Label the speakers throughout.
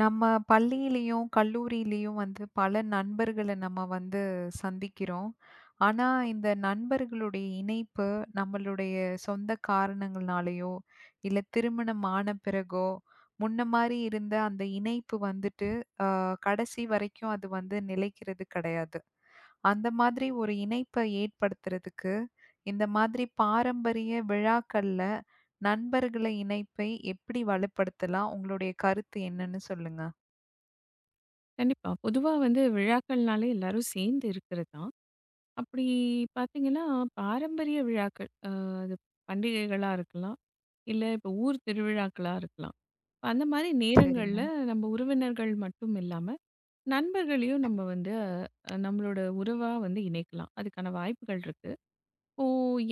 Speaker 1: நம்ம பள்ளியிலயும், கல்லூரியிலயும் வந்து பல நண்பர்கள நம்ம வந்து சந்திக்கிறோம். ஆனா, இந்த நண்பர்களுடைய இணைப்பு நம்மளுடைய சொந்த காரணங்கள்னாலயோ, இல்ல திருமணம் ஆன பிறகோ, முன்ன மாரி இருந்த அந்த இணைப்பு வந்துட்டு, அ கடைசி வரைக்கும் அது வந்து நிலைக்கிறது கிடையாது. அந்த மாதிரி ஒரு இணைப்ப ஏற்படுத்துறதுக்கு, இந்த மாதிரி பாரம்பரிய விழாக்கள்ல நண்பர்கள இணைப்பை எப்படி வலுப்படுத்தலாம்? உங்களுடைய கருத்து என்னன்னு சொல்லுங்க.
Speaker 2: கண்டிப்பா. பொதுவா வந்து விழாக்கள்னாலே எல்லாரும் சேர்ந்து இருக்கிறது தான். அப்படி பார்த்தீங்கன்னா, பாரம்பரிய விழாக்கள் அ அது பண்டிகைகளா இருக்கலாம். இல்ல இப்போ ஊர் திருவிழாக்களா இருக்கலாம். இப்ப அந்த மாரி
Speaker 1: சரிங்க,
Speaker 2: நேரங்கள்ல நம்ம உறவினர்கள் மட்டும் இல்லாம, நண்பர்களையும் நம்ம வந்து நம்மளோட உறவா வந்து இணைக்கலாம். அதுக்கான வாய்ப்புகள் இருக்கு. இப்போ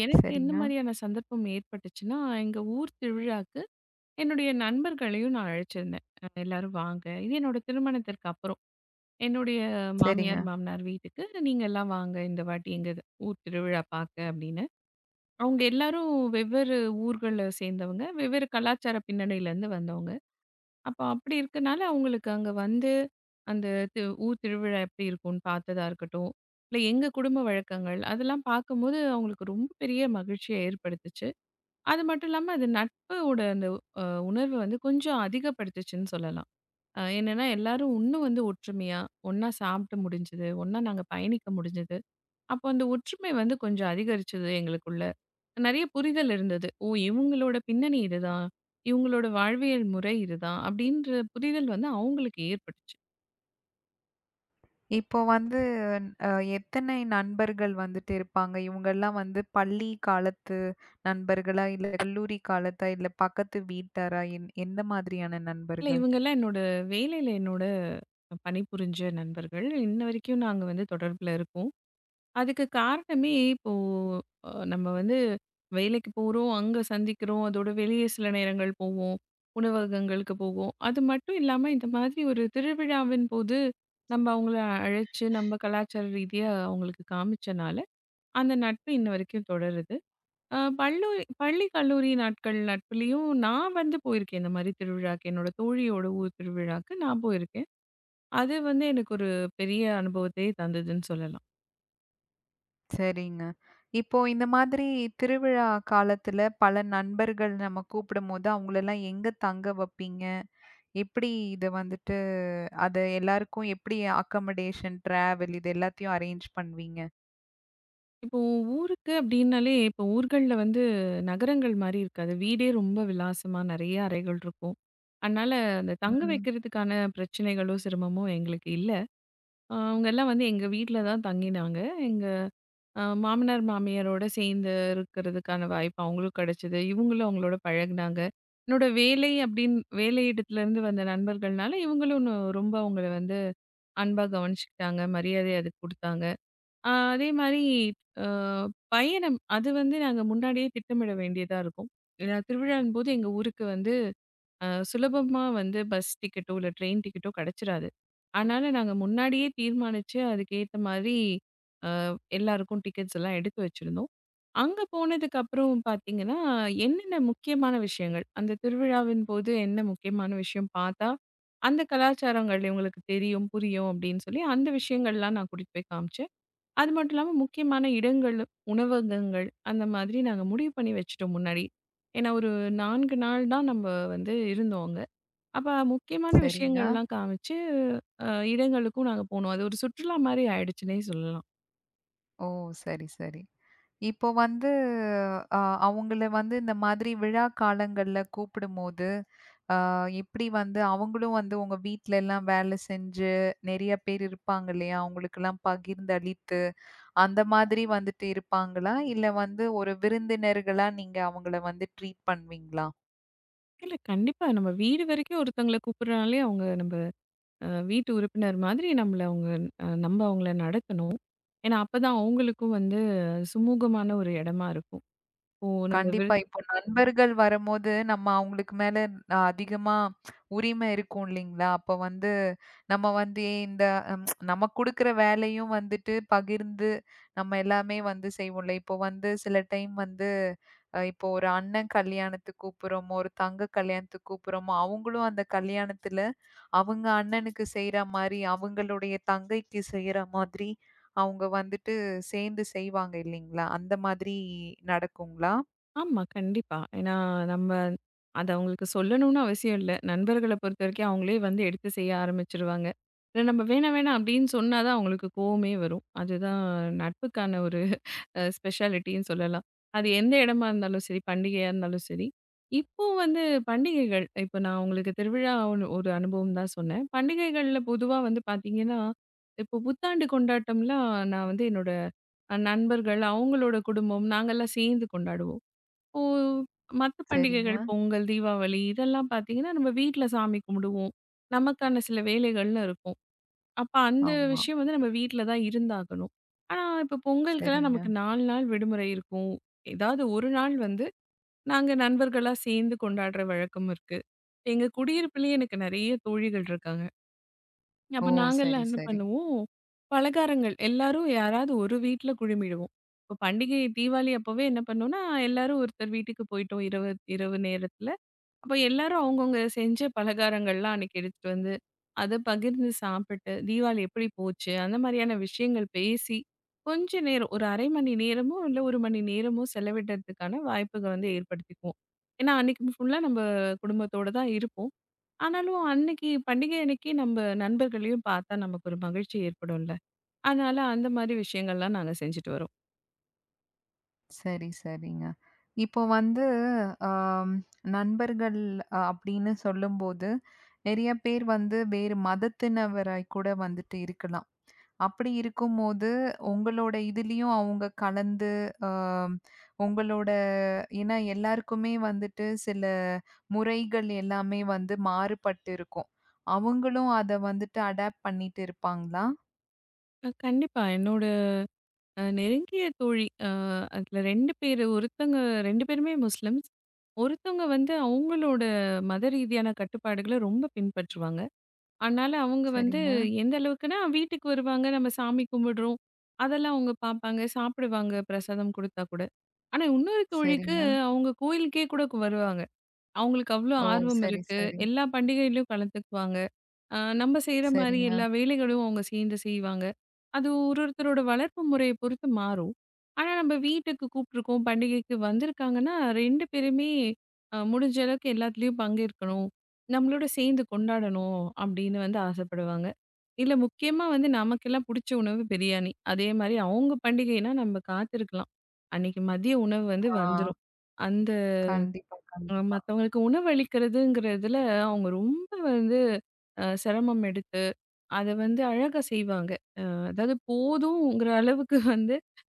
Speaker 2: எனக்கு எந்த
Speaker 1: சரிங்க,
Speaker 2: மாதிரியான சந்தர்ப்பம் ஏற்பட்டுச்சுன்னா, எங்க ஊர் திருவிழாக்கு என்னுடைய நண்பர்களையும் நான் அழைச்சிருந்தேன். எல்லாரும் வாங்க. இது என்னோட திருமணத்திற்கு அப்புறம். என்னுடைய
Speaker 1: சரிங்க.
Speaker 2: மாமியார், மாமனார் வீட்டுக்கு, "நீங்கள்லாம் வாங்க இந்த வாட்டி எங்க ஊர் திருவிழா பாக்க" அப்படின்னு. அவங்க எல்லாரும் வெவ்வேறு ஊர்கள சேர்ந்தவங்க, வெவ்வேறு கலாச்சார பின்னணியிலேருந்து வந்தவங்க. அப்போ அப்படி இருக்கனால, அவங்களுக்கு அங்க வந்து அந்த ஊர் திருவிழா எப்படி இருக்கும்னு பார்த்ததா இருக்கட்டும், இல்ல எங்க குடும்ப வழக்கங்கள், அதெல்லாம் பார்க்கும்போது அவங்களுக்கு ரொம்ப பெரிய மகிழ்ச்சிய ஏற்படுத்துச்சு. அது மட்டும் இல்லாம, அது நட்போட அந்த அ உணர்வு வந்து கொஞ்சம் அதிகப்படுத்துச்சுன்னு சொல்லலாம். என்னன்னா, எல்லாரும் இன்னும் வந்து ஒற்றுமையா, ஒண்ணா சாப்பிட்டு முடிஞ்சது, ஒண்ணா நாங்க பயணிக்க முடிஞ்சது. அப்போ அந்த ஒற்றுமை வந்து கொஞ்சம் அதிகரிச்சது எங்களுக்குள்ள. நெறைய புரிதல் இருந்தது. ஓ! இவங்களோட பின்னணி இதுதான். இவங்களோட வாழ்வியல் முறை இதுதான். அப்படின்ற புரிதல் வந்து அவங்களுக்கு ஏற்பட்டுச்சு.
Speaker 1: இப்போ வந்து அ எத்தனை நண்பர்கள் வந்துட்டு இருப்பாங்க? இவங்கலாம் வந்து பள்ளி காலத்து நண்பர்களா? இல்ல கல்லூரி காலத்தா? இல்ல பக்கத்து வீட்டாரா? என் எந்த மாதிரியான
Speaker 2: இல்ல
Speaker 1: நண்பர்கள்?
Speaker 2: இவங்கலாம் என்னோட வேலையில என்னோட பணிபுரிஞ்ச நண்பர்கள். இன்ன வரைக்கும் நாங்க வந்து தொடர்புல இருக்கோம். அதுக்கு காரணமே இப்போ நம்ம வந்து வேலைக்கு போறோம், அங்க சந்திக்கிறோம். அதோட வெளியே சில நேரங்கள் போவோம். உணவகங்களுக்கு போவோம். அது மட்டும் இல்லாம இந்த மாதிரி ஒரு திருவிழாவின் போது நம்ம அவங்கள அழைச்சு நம்ம கலாச்சார ரீதியா அவங்களுக்கு காமிச்சனால, அந்த நட்பு இன்ன வரைக்கும் தொடருது. பல்லூரி பள்ளி, கல்லூரி நாட்கள் நட்புலயும் நான் வந்து போயிருக்கேன் இந்த மாரி திருவிழாக்கு. என்னோட தோழியோட ஊர் திருவிழாக்கு நான் போயிருக்கேன். அது வந்து எனக்கு ஒரு பெரிய அனுபவத்தையே தந்ததுன்னு சொல்லலாம்.
Speaker 1: சரிங்க. இப்போ இந்த மாதிரி திருவிழா காலத்துல பல நண்பர்கள் நம்ம கூப்பிடும்போது, அவங்களலாம் எங்க தங்க வப்பீங்க? எப்படி இத வந்துட்டு அத எல்லாருக்கும் எப்படி அக்கமடேஷன், டிராவல் இது எல்லாத்தையும் அரேஞ்ச் பண்ணுவீங்க?
Speaker 2: இப்போ ஊருக்கு அப்படின்னாலே, இப்போ ஊர்கள்ல வந்து நகரங்கள் மாரி இருக்காது. வீடே ரொம்ப விலாசமா நெறைய அறைகள் இருக்கும். அதனால அந்த தங்க
Speaker 1: ம்.
Speaker 2: வைக்கிறதுக்கான பிரச்சனைகளோ, சிரமமோ எங்களுக்கு இல்ல. அவங்கலாம் வந்து எங்க வீட்ல தான் தங்கினாங்க. எங்க மாமனார், மாமியாரோட சேர்ந்து இருக்கிறதுக்கான வாய்ப்பு அவங்களும் கெடைச்சது. இவங்களும் அவங்களோட பழகுனாங்க. என்னோட வேலை அப்படின்னு வேலை இடத்துலேருந்து வந்த நண்பர்கள்னால, இவங்களும் இன்னும் ரொம்ப அவங்கள வந்து அன்பா கவனிச்சுக்கிட்டாங்க. மரியாதை அதுக்கு குடுத்தாங்க. ஆ, அதே மாரி அ பயணம் அது வந்து நாங்க முன்னாடியே திட்டமிட வேண்டியதா இருக்கும். ஏன்னா திருவிழான்போது எங்க ஊருக்கு வந்து சுலபமா வந்து பஸ் டிக்கெட்டோ, இல்ல ட்ரெயின் டிக்கெட்டோ கெடைச்சிராது. அதனால நாங்க முன்னாடியே தீர்மானிச்சு அதுக்கேத்த மாரி அ எல்லாருக்கும் டிக்கெட்ஸ் எல்லாம் எடுத்து வச்சிருந்தோம். அங்க போனதுக்கு அப்புறம் பார்த்தீங்கன்னா, என்னென்ன முக்கியமான விஷயங்கள், அந்த திருவிழாவின் போது என்ன முக்கியமான விஷயம் பார்த்தா, அந்த கலாச்சாரங்கள் இவங்களுக்கு தெரியும், புரியும் அப்படின்னு சொல்லி அந்த விஷயங்கள்லாம் நான் கூட்டிட்டு போய் காமிச்சேன். அது மட்டும் இல்லாம முக்கியமான இடங்கள், உணவகங்கள் அந்த மாதிரி நாங்க முடிவு பண்ணி வச்சுட்டோம் முன்னாடி. ஏன்னா ஒரு 4 நாள் தான் நம்ம வந்து இருந்தோம் அங்க. அப்ப முக்கியமான
Speaker 1: சரிங்க.
Speaker 2: விஷயங்கள்லாம் காமிச்சு, அ இடங்களுக்கும் நாங்க போனோம். அது ஒரு சுற்றுலா மாரி ஆயிடுச்சுன்னே சொல்லலாம்.
Speaker 1: ஓ! சரி, சரி. இப்போ வந்து அ அவங்கள வந்து இந்த மாதிரி விழா காலங்கள்ல கூப்பிடும்போது, எப்படி வந்து அவங்களும் வந்து உங்க வீட்லலாம் வேலை செஞ்சு, நெறைய பேர் இருப்பாங்க இல்லையா? அவங்களுக்கெல்லாம் பகிர்ந்தளித்து, அந்த மாதிரி வந்துட்டு இருப்பாங்களா? இல்ல வந்து ஒரு விருந்தினர்களா நீங்க அவங்கள வந்து ட்ரீட் பண்ணுவீங்களா?
Speaker 2: இல்ல கண்டிப்பா நம்ம வீடு வரைக்கும் ஒருத்தவங்கள கூப்பிடுறனாலே அவங்க நம்ம வீட்டு உறுப்பினர் மாதிரி நம்மள அவங்க நம்ம அவங்கள நடத்தணும். ஏன்னா அப்பதான் அவங்களுக்கும் வந்து சுமூகமான ஒரு இடமா இருக்கும். இப்போ நம்ம
Speaker 1: கண்டிப்பா. இப்போ நண்பர்கள் வரம்போது, நம்ம அவங்களுக்கு மேல அதிகமா உரிமை இருக்கும் இல்லைங்களா? அப்ப வந்து நம்ம வந்து ஏன் இந்த நம்ம குடுக்குற வேலையும் வந்துட்டு பகிர்ந்து நம்ம எல்லாமே வந்து செய்வோம்ல. இப்போ வந்து சில டைம் வந்து இப்போ ஒரு அண்ணன் கல்யாணத்துக்கு கூப்புடுறோமோ, ஒரு தங்க கல்யாணத்துக்கு கூப்புடுறோமோ, அவங்களும் அந்த கல்யாணத்துல அவங்க அண்ணனுக்கு செய்ற மாரி, அவங்களுடைய தங்கைக்கு செய்ற மாதிரி அவங்க வந்துட்டு சேர்ந்து செய்வாங்க இல்லைங்களா? அந்த மாதிரி நடக்குங்களா?
Speaker 2: ஆமா, கண்டிப்பா. ஏன்னா, நம்ம அத அவங்களுக்கு சொல்லணும்னு அவசியம் இல்ல. நண்பர்கள பொறுத்தவரைக்கும் அவங்களே வந்து எடுத்து செய்ய ஆரம்பிச்சுருவாங்க. இல்ல நம்ம வேணாம், வேணாம் அப்படின்னு சொன்னா தான் அவங்களுக்கு கோவமே வரும். அதுதான் நட்புக்கான ஒரு ஸ்பெஷாலிட்டின்னு சொல்லலாம். அது எந்த இடமா இருந்தாலும் சரி, பண்டிகையா இருந்தாலும் சரி. இப்போ வந்து பண்டிகைகள் இப்போ நான் உங்களுக்கு திருவிழா ஒண்ணு ஒரு அனுபவம் தான் சொன்னேன். பண்டிகைகள்ல பொதுவா வந்து பார்த்தீங்கன்னா, இப்போ புத்தாண்டு கொண்டாட்டம்லாம் நான் வந்து என்னோட நண்பர்கள், அவங்களோட குடும்பம் நாங்கலாம் சேர்ந்து கொண்டாடுவோம். இப்போ மற்ற பண்டிகைகள்
Speaker 1: சரிங்க.
Speaker 2: பொங்கல், தீபாவளி இதெல்லாம் பார்த்தீங்கன்னா, நம்ம வீட்ல சாமி கும்பிடுவோம். நமக்கான சில வேலைகள்னு இருக்கும். அப்ப அந்த
Speaker 1: ஆமா.
Speaker 2: விஷயம் வந்து நம்ம வீட்ல தான் இருந்தாகணும். ஆனா, இப்போ பொங்கலுக்கெல்லாம்
Speaker 1: சரிங்க.
Speaker 2: நமக்கு 4 நாள் விடுமுறை இருக்கும். ஏதாவது ஒரு நாள் வந்து நாங்க நண்பர்களா சேர்ந்து கொண்டாடுற வழக்கம் இருக்கு. எங்க குடியிருப்பிலேயே எனக்கு நெறைய தோழிகள் இருக்காங்க.
Speaker 1: ஓ!
Speaker 2: அப்ப
Speaker 1: சரி,
Speaker 2: நாங்கல்லாம் என்ன
Speaker 1: சரி.
Speaker 2: பண்ணுவோம், பலகாரங்கள் எல்லாரும் யாராவது ஒரு வீட்ல குழுமிடுவோம். இப்போ பண்டிகை தீபாவளி அப்பவே என்ன பண்ணோம்னா, எல்லாரும் ஒருத்தர் வீட்டுக்கு போயிட்டோம் இரவு இரவு நேரத்துல. அப்ப எல்லாரும் அவங்கவங்க செஞ்ச பலகாரங்கள்லாம் அன்னைக்கு எடுத்துட்டு வந்து, அத பகிர்ந்து சாப்பிட்டு, தீபாவளி எப்படி போச்சு? அந்த மாதிரியான விஷயங்கள் பேசி, கொஞ்ச நேரம் ஒரு 1/2 மணி நேரமோ, இல்ல 1 மணி நேரமோ செலவிடுறதுக்கான வாய்ப்புக வந்து ஏற்படுத்திக்குவோம். ஏன்னா, அன்னைக்கு ஃபுல்லா நம்ம குடும்பத்தோட தான் இருப்போம். ஆனாலும் அன்னைக்கு பண்டிகை அன்னைக்கு நம்ம நண்பர்களையும் பார்த்தா நமக்கு ஒரு மகிழ்ச்சி ஏற்படும்ல. அதனால அந்த மாதிரி விஷயங்கள்லாம் நாங்க செஞ்சுட்டு வரோம்.
Speaker 1: சரி, சரிங்க. இப்போ வந்து அம் நண்பர்கள் அப்படின்னு சொல்லும்போது, நெறைய பேர் வந்து வேறு மதத்தினவராய் கூட வந்துட்டு இருக்கலாம். அப்படி இருக்கும்போது, உங்களோட இதுலயும் அவங்க கலந்து அ உங்களோட ஏன்னா எல்லாருக்குமே வந்துட்டு சில முறைகள் எல்லாமே வந்து மாறுபட்டு இருக்கும். அவங்களும் அத வந்துட்டு அடாப்ட் பண்ணிட்டு இருப்பாங்களா?
Speaker 2: கண்டிப்பா. என்னோட நெருங்கிய தோழி அதுல 2 பேரு ஒருத்தங்க 2 பேருமே முஸ்லிம்ஸ். ஒருத்தவங்க வந்து அவங்களோட மத ரீதியான கட்டுப்பாடுகள ரொம்ப பின்பற்றுவாங்க. அதனால அவங்க வந்து
Speaker 1: சரிங்க,
Speaker 2: எந்த அளவுக்குன்னா வீட்டுக்கு வருவாங்க, நம்ம சாமி கும்பிடுறோம். அதெல்லாம் அவங்க பார்ப்பாங்க, சாப்பிடுவாங்க பிரசாதம் குடுத்தா கூட. ஆனா இன்னொரு தோழிக்கு
Speaker 1: சரிங்க.
Speaker 2: அவங்க கோயிலுக்கே கூட வருவாங்க. அவங்களுக்கு அவ்ளோ
Speaker 1: ஓ!
Speaker 2: ஆர்வம்
Speaker 1: சரி,
Speaker 2: இருக்கு.
Speaker 1: சரி.
Speaker 2: எல்லா பண்டிகையிலயும் கலந்துக்குவாங்க. நம்ம செய்ற மாரி
Speaker 1: சரிங்க.
Speaker 2: எல்லா வேலைகளும் அவங்க சேர்ந்து செய்வாங்க. அது ஒரு ஒருத்தரோட வளர்ப்பு முறைய பொறுத்து மாறும். ஆனா நம்ம வீட்டுக்கு கூப்பிட்டுருக்கோம், பண்டிகைக்கு வந்திருக்காங்கன்னா, 2 பேருமே முடிஞ்ச அளவுக்கு எல்லாத்துலயும் பங்கேற்கணும். நம்மளோட சேர்ந்து கொண்டாடணும் அப்படின்னு வந்து ஆசைப்படுவாங்க. இல்ல முக்கியமா வந்து நமக்கெல்லாம் புடிச்ச உணவு பிரியாணி. அதே மாரி அவங்க பண்டிகைன்னா நம்ம காத்திருக்கலாம். அன்னைக்கு மதிய உணவு வந்து
Speaker 1: ஆ.
Speaker 2: வந்துரும். அந்த
Speaker 1: கண்டிப்பா, கண்டிப்பா.
Speaker 2: மத்தவங்களுக்கு உணவளிக்கிறதுங்கிறதுல அவங்க ரொம்ப வந்து சிரமம் எடுத்து, அத வந்து அழகா செய்வாங்க. அ அதாவது போதுங்கிற அளவுக்கு வந்து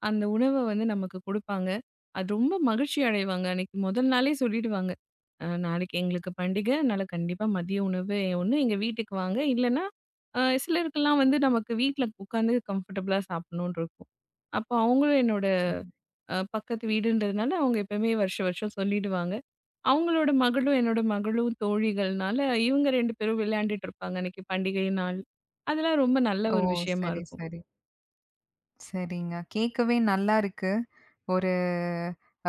Speaker 2: அந்த உணவ வந்து நமக்கு குடுப்பாங்க. அது ரொம்ப மகிழ்ச்சி அடைவாங்க. அன்னைக்கு முதல் நாளே சொல்லிடுவாங்க. நாளைக்கு எங்களுக்கு பண்டிகை. அதனால கண்டிப்பா மதிய உணவு ஒண்ணு எங்க வீட்டுக்கு வாங்க. இல்லன்னா, அ சிலருக்கெல்லாம் வந்து நமக்கு வீட்ல உட்காந்து கம்ஃபர்டபுளா சாப்பிடணும்னு இருக்கும். அப்போ அவங்களும் என்னோட பக்கத்து வீடுன்றதுனால அவங்க எப்பவுமே வருஷம் வருஷம் சொல்லிடுவாங்க. அவங்களோட மகளும், என்னோட மகளும் தோழிகள்னால, இவங்க 2 பேரும் விளையாண்டுட்டு இருப்பாங்க அன்னைக்கு பண்டிகை நாள். அதெல்லாம் ரொம்ப நல்ல
Speaker 1: ஓ!
Speaker 2: ஒரு விஷயமா
Speaker 1: சரி,
Speaker 2: இருக்கும்.
Speaker 1: சரி. சரிங்க. கேட்கவே நல்லா இருக்கு. ஒரு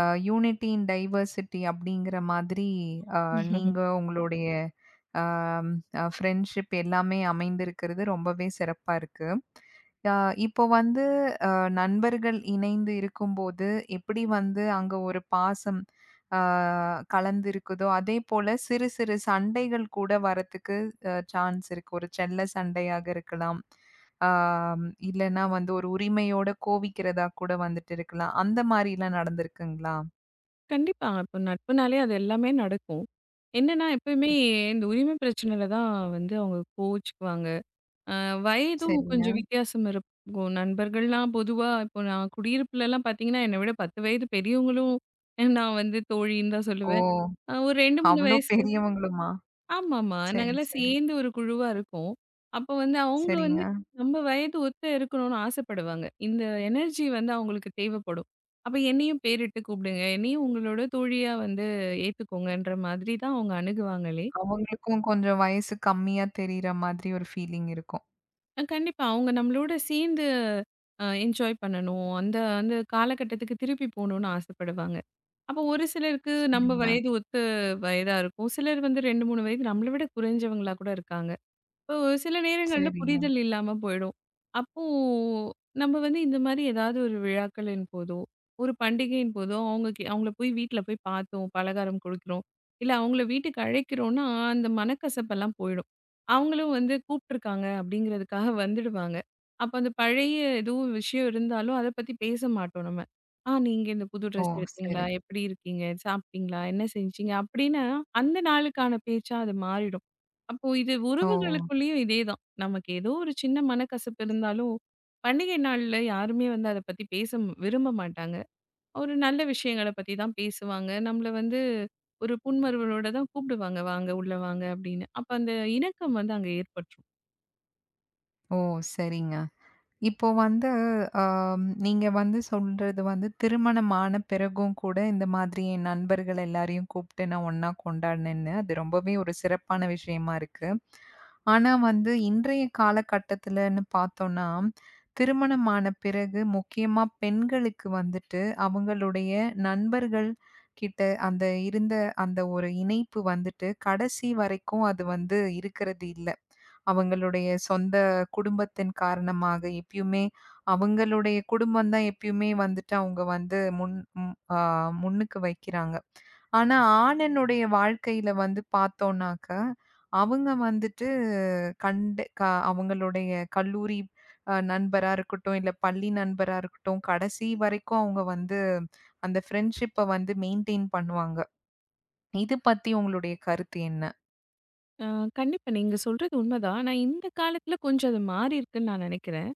Speaker 1: யூனிட்டி இன் டைவர்சிட்டி அப்படிங்கிற மாதிரி அ நீங்க உங்களுடைய அம் ஃப்ரெண்ட்ஷிப் எல்லாமே அமைந்திருக்கிறது ரொம்பவே சிறப்பா இருக்கு. அ இப்போ வந்து அ நண்பர்கள் இணைந்து இருக்கும்போது எப்படி வந்து அங்க ஒரு பாசம் அ கலந்திருக்குதோ, அதே போல சிறு சிறு சண்டைகள் கூட வரத்துக்கு சான்ஸ் இருக்கு. ஒரு செல்ல சண்டையாக இருக்கலாம். ஆம், இல்லன்னா வந்து ஒரு உரிமையோட கோவிக்கிறதா கூட வந்துட்டு இருக்கலாம். அந்த மாரிலாம் நடந்திருக்குங்களா?
Speaker 2: கண்டிப்பா. இப்போ நட்புனாலே அது எல்லாமே நடக்கும். என்னன்னா, எப்பயுமே இந்த உரிமை பிரச்சனையில தான் வந்து அவங்க கோவிச்சுக்குவாங்க. அ வயதும்
Speaker 1: சரிங்க.
Speaker 2: கொஞ்சம் வித்தியாசம் இருக்கும். நண்பர்கள்லாம் பொதுவா இப்போ நான் குடியிருப்புலலாம் பார்த்தீங்கன்னா, என்னை விட 10 வயது பெரியவங்களும் நான் வந்து தோழின்னு தான்
Speaker 1: ஓ!
Speaker 2: சொல்லுவேன். ஒரு 2, 3
Speaker 1: அவ்ளோ
Speaker 2: வயசு
Speaker 1: பெரியவங்களுமா?
Speaker 2: ஆமாமா.
Speaker 1: சரி,
Speaker 2: நாங்கலாம்
Speaker 1: சரி.
Speaker 2: சேர்ந்து ஒரு குழுவா இருக்கோம். அப்ப வந்து அவங்க
Speaker 1: சரிங்க.
Speaker 2: வந்து நம்ம வயது ஒத்த இருக்கணும்னு ஆசைப்படுவாங்க. இந்த எனர்ஜி வந்து அவங்களுக்கு தேவைப்படும். அப்ப என்னையும் பேரிட்டு கூப்பிடுங்க. என்னையும் உங்களோட தோழியா வந்து ஏத்துக்கோங்கன்ற மாதிரி தான் அவங்க அணுகுவாங்களே.
Speaker 1: அவங்களுக்கும் கொஞ்சம் வயசு கம்மியா தெரியிற மாதிரி ஒரு ஃபீலிங் இருக்கும்.
Speaker 2: கண்டிப்பா அவங்க நம்மளோட சேர்ந்து என்ஜாய் பண்ணணும். அந்த அந்த காலகட்டத்துக்கு திருப்பி போணும்னு ஆசைப்படுவாங்க. அப்போ ஒரு சிலருக்கு நம்ம
Speaker 1: சரிங்க,
Speaker 2: வயது ஒத்த வயதா இருக்கும். சிலர் வந்து 2, 3 வயது நம்மள விட குறைஞ்சவங்களா கூட இருக்காங்க. இப்போ சில நேரங்கள்ல
Speaker 1: சரிங்க.
Speaker 2: புரிதல் இல்லாம போயிடும். அப்போ நம்ம வந்து இந்த மாரி ஏதாவது ஒரு விழாக்களின் போதோ, ஒரு பண்டிகையின் போதோ அவங்க அவங்கள போய் வீட்ல போய் பார்த்தோம், பலகாரம் கொடுக்கிறோம். இல்ல அவங்கள வீட்டுக்கு அழைக்கிறோம்னா, அந்த மனக்கசப்பெல்லாம் போயிடும். அவங்களும் வந்து கூப்பிட்டுருக்காங்க அப்படிங்கிறதுக்காக வந்துடுவாங்க. அப்ப அந்த பழைய எதுவும் விஷயம் இருந்தாலும் அத பத்தி பேச மாட்டோம் நம்ம. ஆ நீங்க இந்த புது
Speaker 1: ஓ!
Speaker 2: ட்ரெஸ் எடுத்தீங்களா?
Speaker 1: சரி.
Speaker 2: எப்படி இருக்கீங்க? சாப்பிட்டீங்களா? என்ன செஞ்சீங்க? அப்படின்னு அந்த நாளுக்கான பேச்சா அது மாறிடும். அப்போ இது
Speaker 1: ஓ!
Speaker 2: உறவுகளுக்குள்ளேயும் இதேதான். நமக்கு ஏதோ ஒரு சின்ன மனக்கசப்பு இருந்தாலும், பண்டிகை நாள்ல யாருமே வந்து அத பத்தி பேச விரும்ப மாட்டாங்க. ஒரு நல்ல விஷயங்கள பத்தி தான் பேசுவாங்க. நம்மள வந்து ஒரு புன்மருவலோட தான் கூப்பிடுவாங்க. "வாங்க, உள்ள வாங்க" அப்படின்னு. அப்ப அந்த இணக்கம் வந்து அங்க ஏற்பட்டுரும்.
Speaker 1: ஓ! சரிங்க. இப்போ வந்து, நீங்க வந்து சொல்றது வந்து திருமணம் ஆன பிறகும் கூட இந்த மாதிரி என் நண்பர்கள் எல்லாரையும் கூப்பிட்டு நான் ஒண்ணா கொண்டாடினேன்னு, அது ரொம்பவே ஒரு சிறப்பான விஷயமா இருக்கு. ஆனா வந்து இன்றைய காலகட்டத்துலன்னு பார்த்தோம்னா, திருமணம் ஆன பிறகு முக்கியமா பெண்களுக்கு வந்துட்டு அவங்களுடைய நண்பர்கள் கிட்ட அந்த இருந்த அந்த ஒரு இணைப்பு வந்துட்டு கடைசி வரைக்கும் அது வந்து இருக்கிறது இல்ல. அவங்களுடைய சொந்த குடும்பத்தின் காரணமாக எப்பயுமே அவங்களுடைய குடும்பம் தான் எப்பயுமே வந்துட்டு அவங்க வந்து ம், ஆ, முன்னுக்கு வைக்கிறாங்க. ஆனா ஆணனுடைய வாழ்க்கையில வந்து பார்த்தோம்னாக்க, அவங்க வந்துட்டு கண்டு க அவங்களுடைய கல்லூரி நண்பரா இருக்கட்டும், இல்ல பள்ளி நண்பரா இருக்கட்டும், கடைசி வரைக்கும் அவங்க வந்து அந்த ஃப்ரெண்ட்ஷிப்ப வந்து மெயின்டெயின் பண்ணுவாங்க. இது பத்தி உங்களுடைய கருத்து என்ன?
Speaker 2: அ கண்டிப்பா நீங்க சொல்றது உண்மதான். ஆனா இந்த காலத்துல கொஞ்சம் அது மாறி இருக்குன்னு நான் நெனைக்கிறேன்.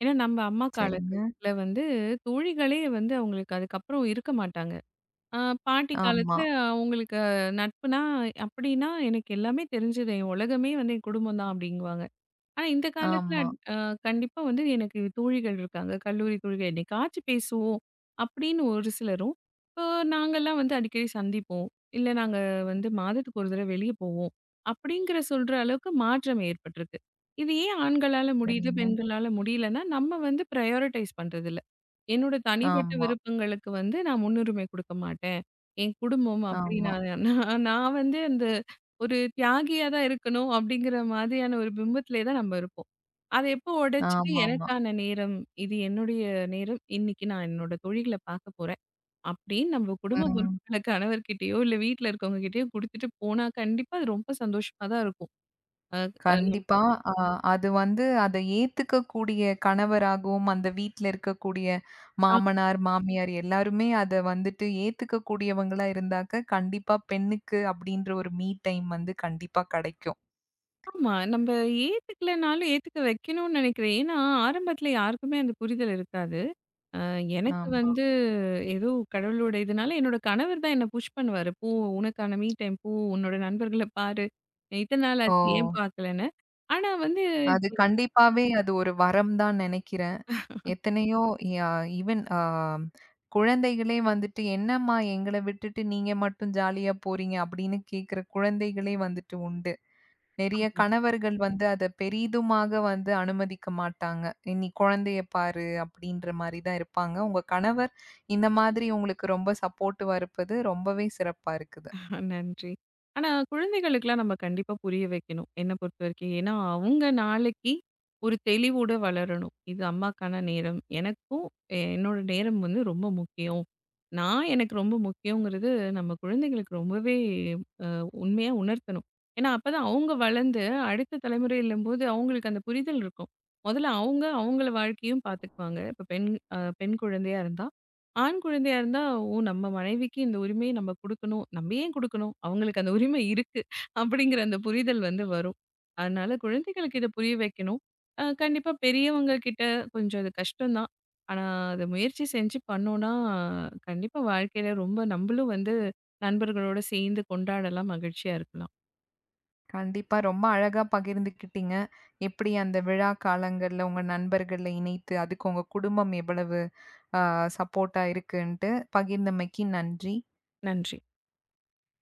Speaker 2: ஏன்னா நம்ம அம்மா
Speaker 1: சரிங்க.
Speaker 2: காலத்துல வந்து தோழிகளே வந்து அவங்களுக்கு அதுக்கப்புறம் இருக்க மாட்டாங்க. ஆ பாட்டி
Speaker 1: ஆமா,
Speaker 2: காலத்துல அவங்களுக்கு நட்புனா, அப்படின்னா எனக்கு எல்லாமே தெரிஞ்சது. என் உலகமே வந்து என் குடும்பம் தான் அப்படிங்குவாங்க. ஆனா, இந்த காலத்துல
Speaker 1: ஆமா.
Speaker 2: அட் அ கண்டிப்பா வந்து எனக்கு தோழிகள் இருக்காங்க. கல்லூரி தோழிகள். என்னைக்காச்சும் பேசுவோம் அப்படின்னு ஒரு சிலரும், இப்போ நாங்கலாம் வந்து அடிக்கடி சந்திப்போம். இல்ல நாங்க வந்து மாதத்துக்கு ஒரு தடவ வெளிய போவோம். அப்படிங்கிற சொல்ற அளவுக்கு மாற்றம் ஏற்பட்டிருக்கு. இது ஏன் ஆண்களால முடியுது,
Speaker 1: சரிங்க.
Speaker 2: பெண்களால முடியலன்னா, நம்ம வந்து பிரையாரிடைஸ் பண்றதில்ல. என்னோட தனிப்பட்ட
Speaker 1: ஆமா,
Speaker 2: விருப்பங்களுக்கு வந்து நான் முன்னுரிமை குடுக்க மாட்டேன். என் குடும்பம்
Speaker 1: ஆமா,
Speaker 2: அப்படின்னா நான் நான் நான் வந்து அந்த ஒரு தியாகியா தான் இருக்கணும் அப்படிங்கிற மாதிரியான ஒரு பிம்பத்திலே தான் நம்ம இருப்போம். அத எப்போ உடைச்சுட்டு
Speaker 1: ஆமாமா.
Speaker 2: எனக்கான நேரம், இது என்னுடைய நேரம், இன்னைக்கு நான் என்னோட தொழில பார்க்க போறேன் அப்படின்னு நம்ம குடும்ப
Speaker 1: ம்.
Speaker 2: பொறுப்புகள கணவர்கிட்டயோ, இல்ல வீட்ல இருக்கவங்ககிட்டயோ குடுத்துட்டு போனா கண்டிப்பா அது ரொம்ப சந்தோஷமா தான் இருக்கும். அ அ
Speaker 1: கண்டிப்பா. அ அது வந்து அத ஏத்துக்கக்கூடிய கணவராகவும், அந்த வீட்ல இருக்கக்கூடிய மாமனார், மாமியார் எல்லாருமே அத வந்துட்டு ஏத்துக்கக்கூடியவங்களா இருந்தாக்க, கண்டிப்பா பெண்ணுக்கு அப்படின்ற ஒரு மீ டைம் வந்து கண்டிப்பா கெடைக்கும்.
Speaker 2: ஆமா. நம்ம ஏத்துக்கலனாலும் ஏத்துக்க வைக்கணும்னு நினைக்கிறேன். ஏன்னா ஆரம்பத்தில யாருக்குமே அந்த புரிதல் இருக்காது. அ எனக்கு
Speaker 1: ஆமா.
Speaker 2: வந்து ஏதோ கடவுளோட இதுனால என்னோட கணவர் தான் என்ன புஷ் பண்ணுவாரு. "போ உனக்கான மீ டைம் போ, உன்னோட நண்பர்கள பாரு. இத்தன நாள்
Speaker 1: ஓ!
Speaker 2: ஆச்சு ஏன் பார்க்கலன்னு." ஆனா வந்து
Speaker 1: அது கண்டிப்பாவே அது ஒரு வரம் தான் நெனைக்கிறேன். எத்தனையோ யா ஈவன் குழந்தைகளே வந்துட்டு, "என்னம்மா எங்கள விட்டுட்டு நீங்க மட்டும் ஜாலியா போறீங்க?" அப்படின்னு கேட்கிற குழந்தைகளே வந்துட்டு உண்டு. நெறைய கணவர்கள் வந்து அத பெரிதுமாக வந்து அனுமதிக்க மாட்டாங்க. "ஏய், "நீ குழந்தைய பாரு" அப்படின்ற மாரி தான் இருப்பாங்க. உங்க கணவர் இந்த மாதிரி உங்களுக்கு ரொம்ப சப்போர்ட்டிவா இருப்பது ரொம்பவே சிறப்பா இருக்குது.
Speaker 2: நன்றி. ஆனா குழந்தைகளுக்குலாம் நம்ம கண்டிப்பா புரிய வைக்கணும். என்ன பொறுத்தவரைக்கும். ஏன்னா, அவங்க நாளைக்கு ஒரு தெளிவோட வளரணும். இது அம்மாக்கான நேரம். எனக்கும் என்னோட நேரம் வந்து ரொம்ப முக்கியம். நான் எனக்கு ரொம்ப முக்கியங்கிறது நம்ம குழந்தைகளுக்கு ரொம்பவே அ உண்மையா உணர்த்தணும். ஏன்னா, அப்பதான் அவங்க வளர்ந்து அடுத்த தலைமுறையிலம்போது அவங்களுக்கு அந்த புரிதல் இருக்கும். முதல்ல அவங்க அவங்கள வாழ்க்கையும் பார்த்துக்குவாங்க. இப்ப பெண் பெண் குழந்தையா இருந்தா ஆண் குழந்தையா இருந்தா, ஓ! நம்ம மனைவிக்கு இந்த உரிமைய நம்ம குடுக்கணும். நம்ம ஏன் குடுக்கணும்? அவங்களுக்கு அந்த உரிமை இருக்கு. அப்படிங்கிற அந்த புரிதல் வந்து வரும். அதனால குழந்தைகளுக்கு இத புரிய வைக்கணும். கண்டிப்பா பெரியவங்க கிட்ட கொஞ்சம் அது கஷ்டம் தான். ஆனா, அத முயற்சி செஞ்சு பண்ணோம்னா, கண்டிப்பா வாழ்க்கையில ரொம்ப நம்பளும் வந்து நண்பர்களோட சேர்ந்து கொண்டாடலாம், மகிழ்ச்சியா இருக்கலாம்.
Speaker 1: கண்டிப்பா. ரொம்ப அழகா பகிர்ந்துக்கிட்டீங்க. எப்படி அந்த விழா காலங்கள்ல உங்க நண்பர்கள இணைத்து, அதுக்கு உங்க குடும்பம் எவ்வளவு அ சப்போர்ட்டா இருக்குன்ட்டு, பகிர்ந்தமைக்கு நன்றி.
Speaker 2: நன்றி.